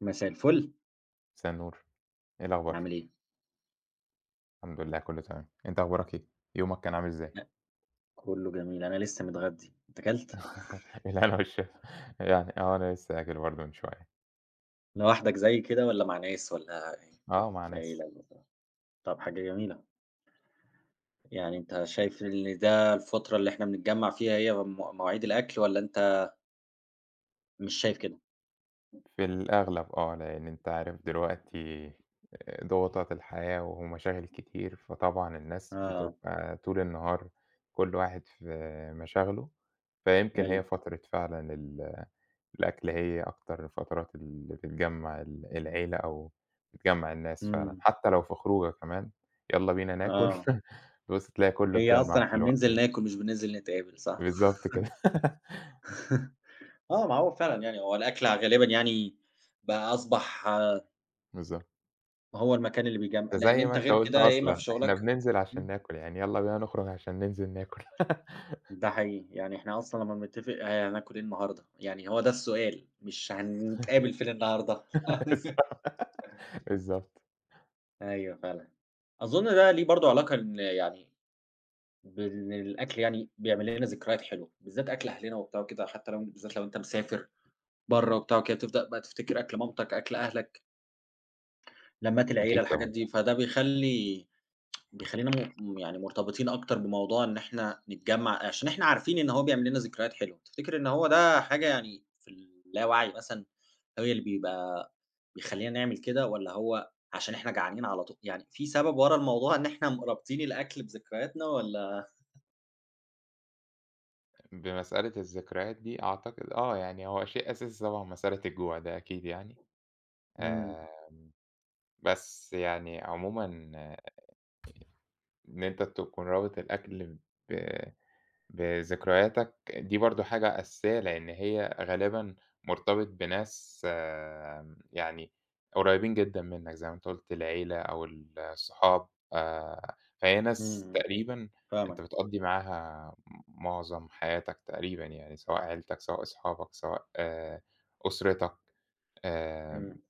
مساء الفل، مساء النور، إيه الأخبار؟ عامل إيه؟ الحمد لله كله تمام، أنت أخبارك إيه؟ يومك كان عامل إزاي؟ أ كله جميل، أنا لسه متغدّي، أنت كلت؟ الهنا والشفا، يعني آه أنا لسه أكل برضه من شوية، لوحدك زيي كده والّا مع ناس والّا إيه؟ آه مع لا إله ناس، إلا الله، طب حاجة جميلة، يعني أنت شايف إن ده الفترة اللي إحنا بنتجمّع فيها هي مواعيد الأكل والّا أنت مش شايف كده؟ في الأغلب آه، لأن أنت عارف دلوقتي ضغوطات الحياة ومشاغل كتير، فطبعًا الناس آه، بتبقى طول النهار كل واحد في مشاغله، فيمكن هي أيوه، فترة فعلًا الأكل هي أكتر الفترات اللي بتجمّع العيلة أو بتجمّع الناس فعلًا، إمم، حتى لو في خروجة كمان، يالّا بينا ناكل، آه، تبُص تلاقي كلّه هي اتجمّع أصلًا في إحنا الوقت بننزل ده، ناكل مش بننزل نتقابل صح؟ بالضبط كده، آه، ما هو فعلًا يعني هو الأكل غالبًا يعني بقى أصبح آه، بالضبط، هو المكان اللي بيجمّع لإن زي أنت ما أنت غير قُلت كده يا إمّا في أصلًا، شغلك. إحنا بننزل عشان إمم. ناكل، يعني يالّا بينا نخرج عشان ننزل ناكل، ده حقيقي، يعني إحنا أصلًا لمّا بنتفق هناكل إيه النهارده؟ يعني هو ده السؤال، مش هنتقابل فين النهارده. بالضبط، أيوه فعلًا، أظن ده ليه برضه علاقة إن يعني بإن الأكل يعني بيعمل لنا ذكريات حلوة، بالذات أكل أهلنا وبتاع وكده، حتى لو بالذات لو أنت مسافر برّه وبتاع وكده، تبدأ بقى تفتكر أكل مامتك، أكل أهلك، لمّات العيلة، أكيد الحاجات طبعًا، دي، فده بيخلّينا م م يعني مرتبطين أكتر بموضوع إن إحنا نتجمّع، عشان إحنا عارفين إن هو بيعمل لنا ذكريات حلوة، تفتكر إن هو ده حاجة يعني في اللاوعي مثلًا هو اللي بيبقى بيخلّينا نعمل كده، والّا هو عشان إحنا جعانين على يعني في سبب ورا الموضوع إن إحنا رابطين الأكل بذكرياتنا والّا بمسألة الذكريات دي أعتقد آه، يعني هو شيء أساسي طبعًا مسألة الجوع ده أكيد يعني، إمم، آآ، بس يعني عمومًا إن أنت تكون رابط الأكل ب بذكرياتك، دي برضه حاجة أساسية، لإن هي غالبًا مرتبط بناس يعني قريبين جدًا منك زي ما أنت قُلت العيلة أو الصحاب فهي ناس إمم، تقريبًا أنت فاهمك، بتقضّي معاها معظم حياتك تقريبًا يعني، سواء عيلتك، سواء أصحابك، سواء أسرتك آآ، إمم،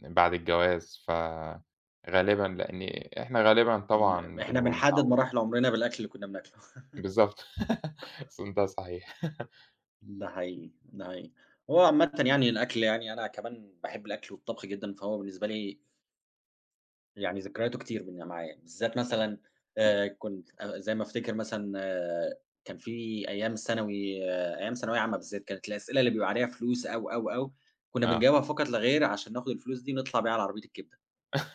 بعد الجواز، فغالبًا لإن إحنا غالبًا طبعًا إحنا بنبقى بنحدد متعود مراحل عمرنا بالأكل اللي كنا بناكله. بالضبط. الصوت ده صحيح. ده حقيقي، ده حقيقي. هو عامةً يعني الأكل يعني أنا كمان باحب الأكل والطبخ جدًا، فهو بالنسبة لي يعني ذكرياته كتير من معايا، بالذات مثلًا كنت زي ما أفتكر مثلًا كان في أيام الثانوي، أيام ثانوية عامة بالذات، كانت الأسئلة اللي بيبقى عليها فلوس أو، أو، أو، كنا آه. بنجاوبها فقط لا غير عشان ناخد الفلوس دي نطلع بيها على عربية الكبدة،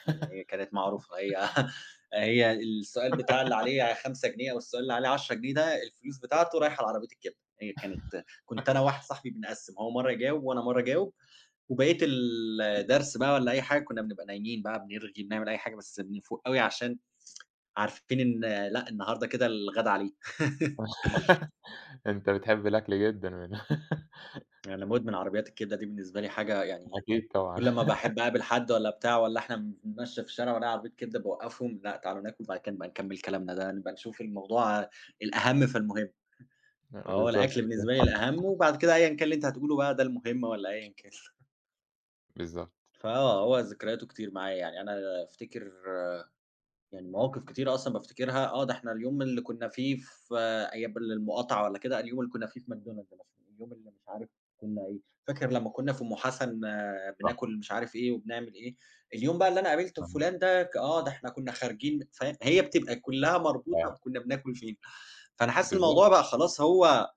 يعني هي كانت معروفة هي هي السؤال بتاع اللي عليه 5 جنيه أو السؤال اللي عليه 10 جنيه ده الفلوس بتاعته رايحة لعربية الكبدة، هي كانت كنت أنا وواحد صاحبي بنقسّم، هو مرّة يجاوب وأنا مرّة أجاوب وبقية الدرس بقى والّا أي حاجة كنّا بنبقى نايمين بقى، بنرغي، بنعمل أي حاجة، بس بنفوق أوي عشان عارفين إن لأ، النهارده كده الغدا عليه. أنت بتحب الأكل جدًا من أنا مُدمن عربيات الكبدة، دي بالنسبة لي حاجة يعني أكيد طبعًا. كل أمّا باحب أقابل حد والّا بتاع والّا إحنا بنتمشّى في الشارع وألاقي عربية كبدة باوقّفهم، لأ، تعالوا ناكل وبعد كده نبقى نكمّل كلامنا، ده نبقى نشوف الموضوع الأهم فالمهم. فهو بالضبط الأكل كده. بالنسبة لي الأهم وبعد كده أيًا كان اللي أنت هتقوله بقى ده المهم والّا أيًا كان. بالضبط، فآه، هو ذكرياته كتير معايا يعني، أنا أفتكر يعني مواقف كتيرة أصلًا بافتكرها، آه، ده إحنا اليوم اللي كنا فيه في آه، أيام المقاطعة والّا كده، اليوم اللي كنا فيه في ماكدونالدز مثلًا، اليوم اللي مش عارف كنا إيه، فاكر لمّا كنا في أم حسن آه، صح. بناكل مش عارف إيه وبنعمل إيه، اليوم بقى اللي أنا قابلت فاهمك، فلان ده آه، ده إحنا كنا خارجين فاهم، هي بتبقى كلها آه. مربوطة كنا بناكل فين، فأنا حاسس بالضبط. الموضوع بقى خلاص هو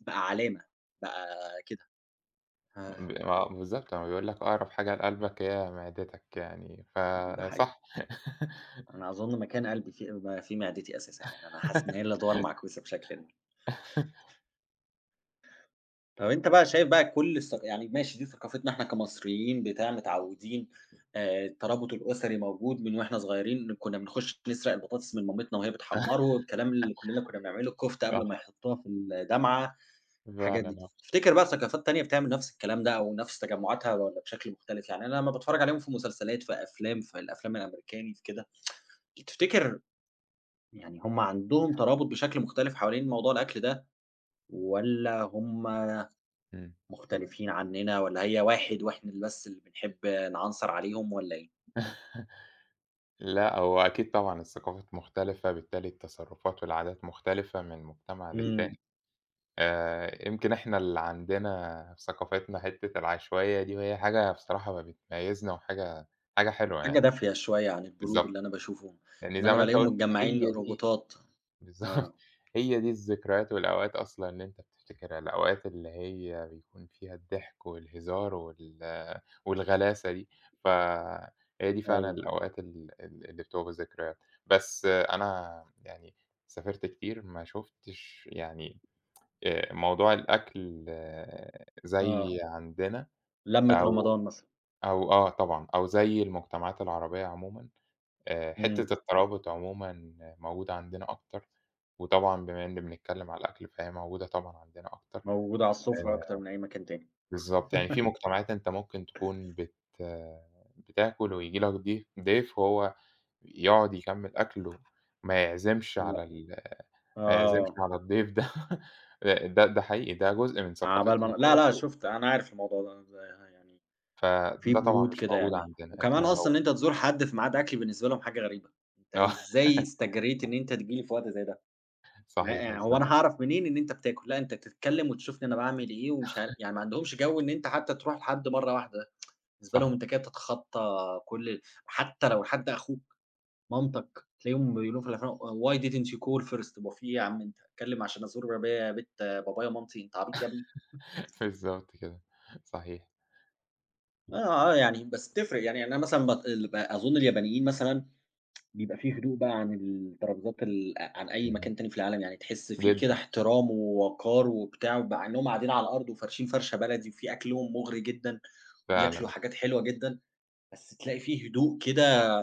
بقى علامة، بقى كده ب آه، آه، بالضبط. هو بيقول لك أقرب حاجة لقلبك هي معدتك يعني، ده حقيقي، فصح. أنا أظن مكان قلبي في في معدتي أساسًا، يعني أنا حاسس إن هي اللي دوار معكوسة بشكل ما. طب أنت بقى شايف بقى كل الثق يعني ماشي دي ثقافتنا إحنا كمصريين بتاع متعودين، الترابط الأسري موجود من وإحنا صغيرين، كنا بنخش نسرق البطاطس من مامتنا وهي بتحمّره، الكلام اللي كلنا كنا بنعمله، الكفتة صح، قبل ما يحطوها في الدمعة، الحاجات فعلًا دي. آه. تفتكر بقى ثقافات تانية بتعمل نفس الكلام ده أو نفس تجمعاتها والّا بشكل مختلف؟ يعني أنا لمّا باتفرج عليهم في مسلسلات، في أفلام، في الأفلام الأمريكاني، في كده، تفتكر يعني هم عندهم ترابط بشكل مختلف حوالين موضوع الأكل ده والّا هم إمم. مختلفين عننا والّا هي واحد وإحنا اللي بس اللي بنحب نعنصر عليهم والّا إيه؟ لأ، هو أكيد طبعًا الثقافات مختلفة، بالتالي التصرفات والعادات مختلفة من مجتمع إمم. للتاني. يمكن إحنا اللي عندنا في ثقافتنا حتّة العشوائية دي، وهي حاجة بصراحة ما بتميزنا حاجة حلوة حاجة يعني، دافية شوية عن البرود بالضبط، اللي أنا باشوفه، لإن إن زي أنا ما أنت بالاقيهم إمم. قُلت متجمّعين هي دي روبوتات. بالضبط، آه. هي دي الذكريات والأوقات أصلًا اللي أنت بتفتكرها، الأوقات اللي هي بيكون فيها الضحك والهزار والغلاسة دي، فهي دي فعلًا أيوه. الأوقات ال ال اللي بتبقى ذكريات، بس آه، أنا يعني سافرت كتير ما شُفتش يعني موضوع الأكل آه، آه. زي عندنا لمّة رمضان أو مثلًا. آه طبعًا، أو زي المجتمعات العربية عمومًا، إمم. حتّة الترابط عمومًا موجودة عندنا أكتر، وطبعًا بما إن بنتكلّم على الأكل فهي موجودة طبعًا عندنا أكتر، موجودة على السفرة أكتر آآ من أي مكان تاني. بالضبط، يعني في مجتمعات أنت ممكن تكون بتاكل وييجي لك ضيف وهو يقعد يكمّل أكله ما يعزمش لأ. على ال ما يعزمش آه. على الضيف ده، ده حقيقي ده جزء من عَبال ما ثقافتهم ن لا، هو لا كده. شُفت أنا عارف الموضوع ده ده يعني في فده طبعًا برود مش كده موجود يعني عندنا، إحنا وكمان أصلًا إن لو أنت تزور حد في ميعاد أكل بالنسبة لهم حاجة غريبة. أنت إزاي استجريت إن أنت تيجي لي في وقت زي ده؟ آه، لأ، صحيح يعني هو بالضبط، أنا هاعرف منين إن أنت بتاكل؟ لأ، أنت تتكلّم وتشوفني أنا باعمل إيه ومش يعني ما عندهمش جو إن أنت حتى تروح لحد مرّة واحدة، بالنسبة لهم صح، أنت كده بتتخطّى كل حتى لو حد أخوك، مامتك، تلاقيهم بيقولوا في الأفلام: "why didn't you call first"، هو في إيه يا عم أنت اتكلّم عشان أزور بابايا بيت بابايا ومامتي، أنت عبيط يا ابني؟ بالضبط كده، صحيح، آه، آه، يعني بس بتفرق، يعني أنا مثلًا بت ال ب أظُن اليابانيين مثلًا بيبقى في هدوء بقى عن الترابيزات عن أي اهم. مكان تاني في العالم، يعني تحس في كده جدًا احترام ووقار وبتاع، مع إنهم قاعدين على الأرض وفارشين فرشة بلدي وفي أكلهم مغري جدًا، وبياكلوا فعلًا، حاجات حلوة جدًا، بس تلاقي في هدوء كده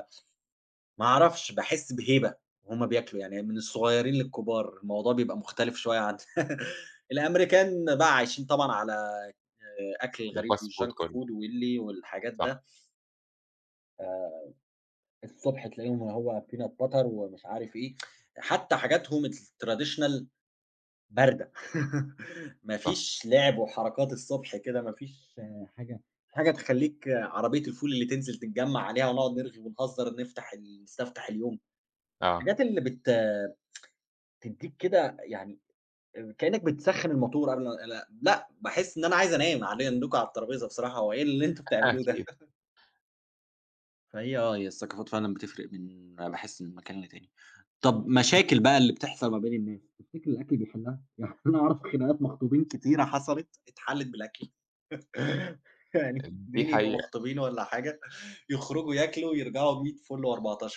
ما أعرفش باحس بهيبة وهُم بياكلوا، يعني من الصغيرين للكبار، الموضوع بيبقى مختلف شوية عن الأمريكان بقى عايشين طبعًا على أكل الغريب الfast food والjunk كله، food واللي والحاجات صح، ده. الصبح تلاقيهم هو peanut butter ومش عارف إيه، حتى حاجاتهم الtraditional باردة ما صح، فيش لعب وحركات الصبح كده، ما فيش حاجة حاجة تخلّيك عربية الفول اللي تنزل تتجمّع عليها ونقعد نرغي ونهزر نفتح ال نستفتح اليوم، آه، الحاجات اللي بتدّيك كده يعني كإنّك بتسخّن الماتور قبل ما لأ، لأ باحس إن أنا عايز أنام علي عندكم على الترابيزة بصراحة، هو إيه اللي أنتم بتعملوه ده؟ أكيد، فهي آه، هي الثقافات فعلًا بتفرق، من باحس من مكان لتاني. طب مشاكل بقى اللي بتحصل ما بين الناس، تفتكر الأكل بيحلّها؟ يعني أنا أعرف خناقات مخطوبين كتيرة حصلت اتحلّت بالأكل، يعني دي 2 يبقوا حقيقة، مخطوبين والّا حاجة، يخرجوا ياكلوا ويرجعوا 100 فُل و14.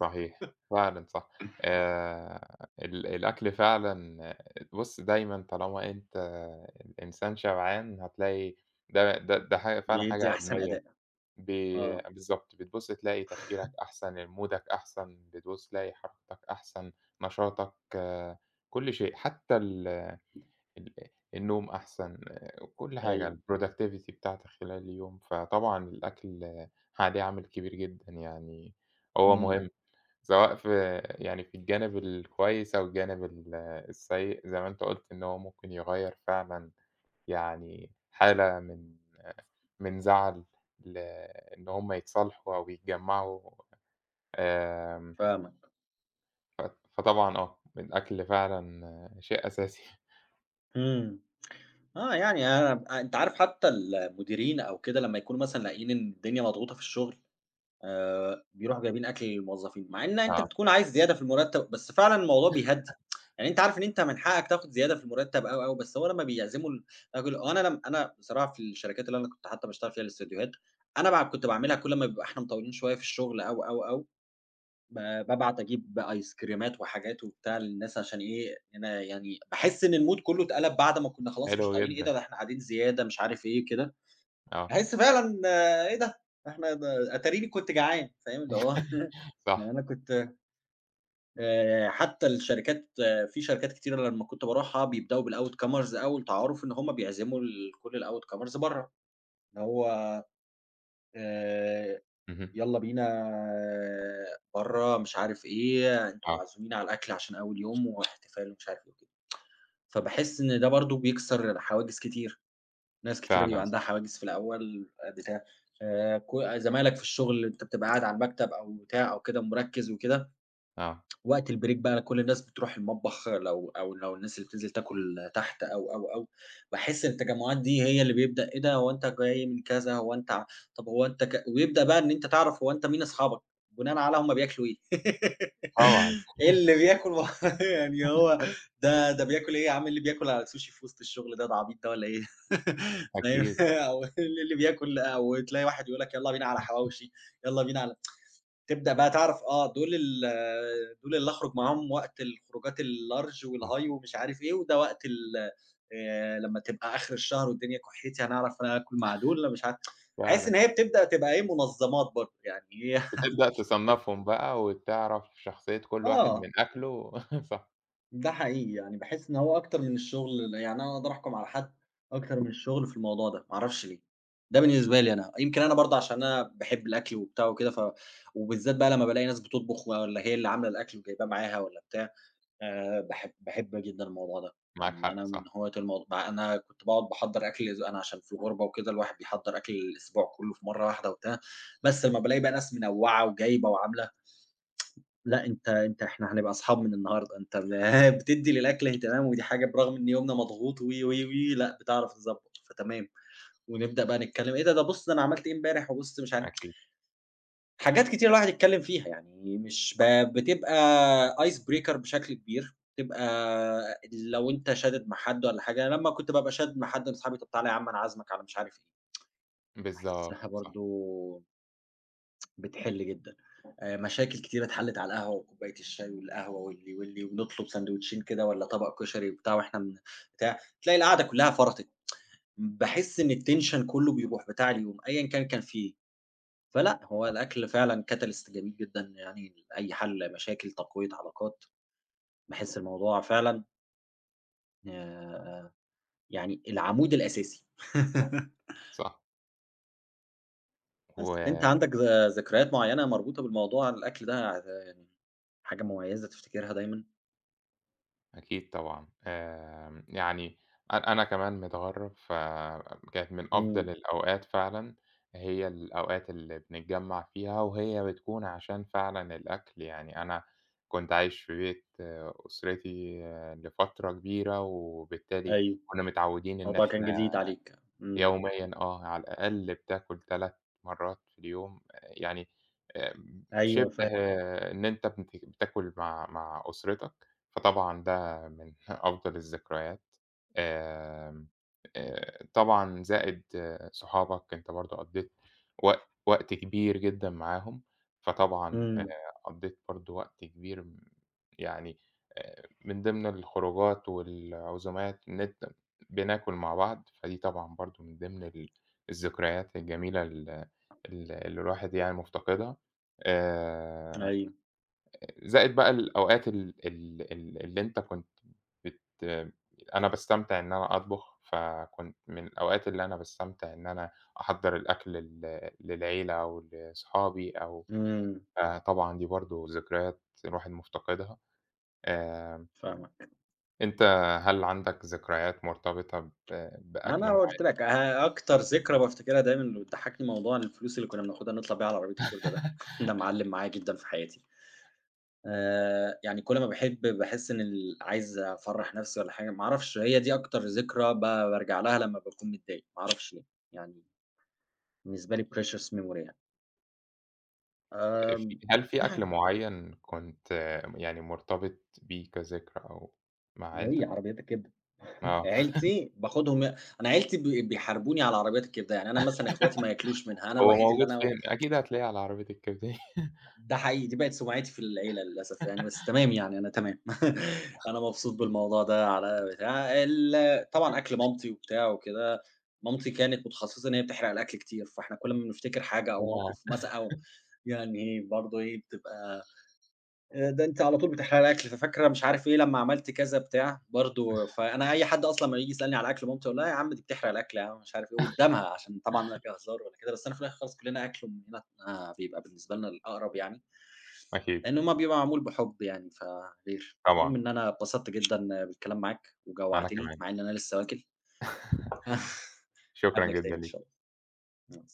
صحيح، فعلًا صح، ال الأكل فعلًا بُص دايمًا طالما أنت الإنسان شبعان هتلاقي ده حاجة فعلًا حاجة بيدّي أحسن علمية. أداء، ب آه، بالضبط، بتبُص تلاقي تفكيرك أحسن، مودك أحسن، بتبُص تلاقي حركتك أحسن، نشاطك، آه، كل شيء، حتى ال ال النوم أحسن، آه، كل حاجة أيوه، الproductivity بتاعتك خلال اليوم، فطبعًا الأكل آه، عليه عامل كبير جدًا يعني هو إمم، مهم، سواء في يعني في الجانب الكويس أو الجانب ال السيء، زي ما أنت قُلت إن هو ممكن يغيّر فعلًا يعني حالة من زعل ل إن هم يتصالحوا أو يتجمّعوا آمم، فاهمك، فطبعًا آه، الأكل فعلًا شيء أساسي إمم، آه، يعني أنا أنت عارف حتى المديرين أو كده لمّا يكونوا مثلًا لاقيين إن الدنيا مضغوطة في الشغل، بيروحوا جايبين أكل للموظفين، مع إن أنت آه، بتكون عايز زيادة في المرتب، بس فعلًا الموضوع بيهدّي، يعني أنت عارف إن أنت من حقك تاخد زيادة في المرتب أو، أو، بس هو لمّا بيعزموا الراجل أنا لم أنا بصراحة في الشركات اللي أنا كنت حتى باشتغل فيها الاستديوهات، أنا كنت باعملها كل ما بيبقى إحنا مطولين شوية في الشغل أو، أو، أو، ب بابعت أجيب آيس كريمات وحاجات وبتاع للناس عشان إيه، أنا يعني باحس إن المود كله اتقلب بعد ما كنا خلاص مش حلو طايقين إيه ده، جدًا، ده إحنا قاعدين زيادة مش عارف إيه كده. آه، باحس فعلًا آه، إيه ده! إحنا ده أتاريني كنت جعان، فاهم؟ اللي هو يعني صح، أنا كنت حتى الشركات، في شركات كتيرة لمّا كنت باروحها بيبدأوا بالoutcomers أول تعارُف إن هم بيعزموا كل الoutcomers برّه، اللي هو آآ اهم، يالّا بينا آه، برّه مش عارف إيه، أنتم آه، معزومين على الأكل عشان أول يوم واحتفال ومش عارف إيه وكده، فباحس إن ده برضه بيكسر حواجز كتير. ناس كتيرة بيبقى فعلًا عندها صح، حواجز في الأول بتاع، كو زمايلك في الشغل أنت بتبقى قاعد على المكتب أو بتاع أو كده مركّز وكده، آه، وقت البريك بقى كل الناس بتروح المطبخ لو أو لو الناس اللي بتنزل تاكل تحت أو، أو، أو، باحس إن التجمعات دي هي اللي بيبدأ إيه ده هو أنت جاي من كذا، هو أنت ع طب هو أنت ك ويبدأ بقى إن أنت تعرف هو أنت مين أصحابك، بناءً على هم بياكلوا إيه. طبعًا إيه اللي بياكل و يعني هو ده بياكل إيه يا عم، إيه اللي بياكل على السوشي في وسط الشغل ده، ده عبيط ده والّا إيه؟ فاهم، أكيد، أو اللي بياكل أو تلاقي واحد يقول لك يالّا بينا على حواوشي، يالّا بينا على تبدأ بقى تعرف آه دول آه، دول اللي أخرج معاهم وقت الخروجات الlarge صح والhigh ومش عارف إيه، وده وقت ال لمّا تبقى آخر الشهر والدنيا كحّيتي هنعرف ناكل مع دول، لأ مش عارف. باحس إن فعلًا، هي بتبدأ تبقى إيه منظمات برضه، يعني هي بتبدأ تصنّفهم بقى وتعرف شخصية كل واحد من آه. أكله صح، ده حقيقي، يعني باحس إن هو أكتر من الشغل يعني أنا أقدر أحكُم على حد أكتر من الشغل في الموضوع ده، ما أعرفش ليه، ده بالنسبة لي أنا، يمكن أنا برضه عشان أنا باحب الأكل وبتاع وكده ف وبالذات بقى لمّا بالاقي ناس بتطبخ والّا هي اللي عاملة الأكل وجايباه معاها والّا بتاع، باحب باحب جدًا الموضوع ده، معاك يعني حق، أنا من صح، هواة الموضوع مع أنا كنت باقعد باحضّر أكل الأس أنا عشان في الغُربة وكده الواحد بيحضّر أكل الأسبوع كلّه في مرّة واحدة وبتاع، بس لمّا بالاقي بقى ناس منوّعة وجايبة وعاملة لأ، أنت إحنا هنبقى أصحاب من النهارده، أنت اللي بتدّي للأكل اهتمام، ودي حاجة برغم إن يومنا مضغوط و، و، و، لأ، بتعرف تضبّط، فتمام. ونبدأ بقى نتكلم، إيه ده، ده بُص ده أنا عملت إيه امبارح، وبُص مش عارف أكيد، حاجات كتير الواحد يتكلم فيها، يعني مش ب بتبقى ice breaker بشكل كبير، بتبقى لو أنت شادد مع حد والّا حاجة، أنا لمّا كنت بابقى شادد مع حد من صحابي، طب تعالَ يا عم أنا عازمك على مش عارف إيه، بالضبط، باحسها صح، برضه بتحل جدًا. مشاكل كتيرة اتحلّت على القهوة وكوباية الشاي والقهوة واللي، واللي، ونطلب ساندوتشين كده والّا طبق كشري وبتاع وإحنا من بتاع، تلاقي القعدة كلّها فرطِت. باحس إن الtension كلّه بيروح بتاع اليوم أيًا كان كان فيه. فلأ، هو صح، الأكل فعلًا catalyst جميل جدًا يعني لأي حَل مشاكل، تقوية علاقات. باحس الموضوع فعلًا آآ يعني العمود الأساسي. صح، و بس، أنت عندك ذكريات معيّنة مربوطة بالموضوع الأكل ده آه، يعني حاجة مميّزة تفتكرها دايمًا؟ أكيد طبعًا. آمم يعني أنا كمان متغرّب، فكانت من إمم. أفضل الأوقات فعلًا هي الأوقات اللي بنتجمّع فيها وهي بتكون عشان فعلًا الأكل. يعني أنا كنت عايش في بيت آه، أسرتي آه، لفترة كبيرة وبالتالي أيوه، كُنّا متعوّدين إن الموضوع كان إحنا جديد عليك، إمم، يوميًا آه، على الأقل بتاكل 3 مرّات في اليوم، آه، يعني آمم، أيوه شِبه فاهم، إن أنت بتاكل مع أسرتك، فطبعًا ده من أفضل الذكريات. آمم، طبعًا زائد آه، صحابك، أنت برضه قضّيت وقت كبير جدًا معاهم، فطبعًا إمم، قضّيت برضه وقت كبير م يعني من ضمن الخروجات والعزومات إن أنت بناكل مع بعض، فدي طبعًا برضه من ضمن الذكريات الجميلة ال ال اللي الواحد يعني مفتقدها، آآ أيوه، زائد بقى الأوقات ال ال ال اللي أنت كنت بت أنا باستمتع إن أنا أطبخ، فكنت من الأوقات اللي أنا باستمتع إن أنا أحضّر الأكل للعيلة أو لصحابي أو إمم، فطبعًا دي برضه ذكريات الواحد مفتقدها، آآ فاهمك. أنت هل عندك ذكريات مرتبطة بأكل أنا قُلت معين؟ لك أكتر ذكرى بافتكرها دايمًا اللي بتضحّكني موضوع الفلوس اللي كنا بناخدها نطلع بيها على عربية الكبدة ده، ده معلّم معايا جدًا في حياتي. يعني كل ما باحب باحس إن عايز أفرّح نفسي والّا حاجة، ما أعرفش هي دي أكتر ذكرى بارجع لها لمّا باكون متضايق، ما أعرفش ليه، يعني بالنسبة لي precious memory يعني. آمم في هل في أكل معيّن كنت يعني مرتبط بيه كذكرى أو مع هي عيلتك؟ عربيات الكبدة. آه، عيلتي باخدهم أنا عيلتي بيحاربوني على عربيات الكبدة، يعني أنا مثلًا إخواتي ما ياكلوش منها، أنا هو الوحيد اللي موجود أنا فين؟ أكيد هتلاقيه على عربية الكبدة. ده حقيقي، دي بقت سمعتي في العيلة للأسف يعني، بس تمام يعني أنا تمام، أنا مبسوط بالموضوع ده على بتاع ال طبعًا أكل مامتي وبتاع وكده، مامتي كانت متخصصة إن هي بتحرق الأكل كتير، فإحنا كل ما بنفتكر حاجة أو آه، موقف مثلًا أو يعني برضه إيه بتبقى ده أنتِ على طول بتحرقي الأكل، ففاكرة مش عارف إيه لمّا عملت كذا بتاع، برضه فأنا أي حد أصلًا أمّا ييجي يسألني على أكل مامتي أقول لها: "يا عم دي بتحرق الأكل يا عم." مش عارف إيه، قدّامها عشان طبعًا لا كهزار ولا كده، بس أنا في الآخر خالص كلّنا أكل أمنا بيبقى بالنسبة لنا الأقرب يعني، أكيد، لإن هُم بيبقى معمول بحُب يعني فغير. المهم طبعًا، إن أنا اتبسطت جدًا بالكلام معاك أنا وجوّعتني كمان. مع إن أنا لسه واكل، شكرًا هاقابلك جدًا تاني إن شاء ليك. الله.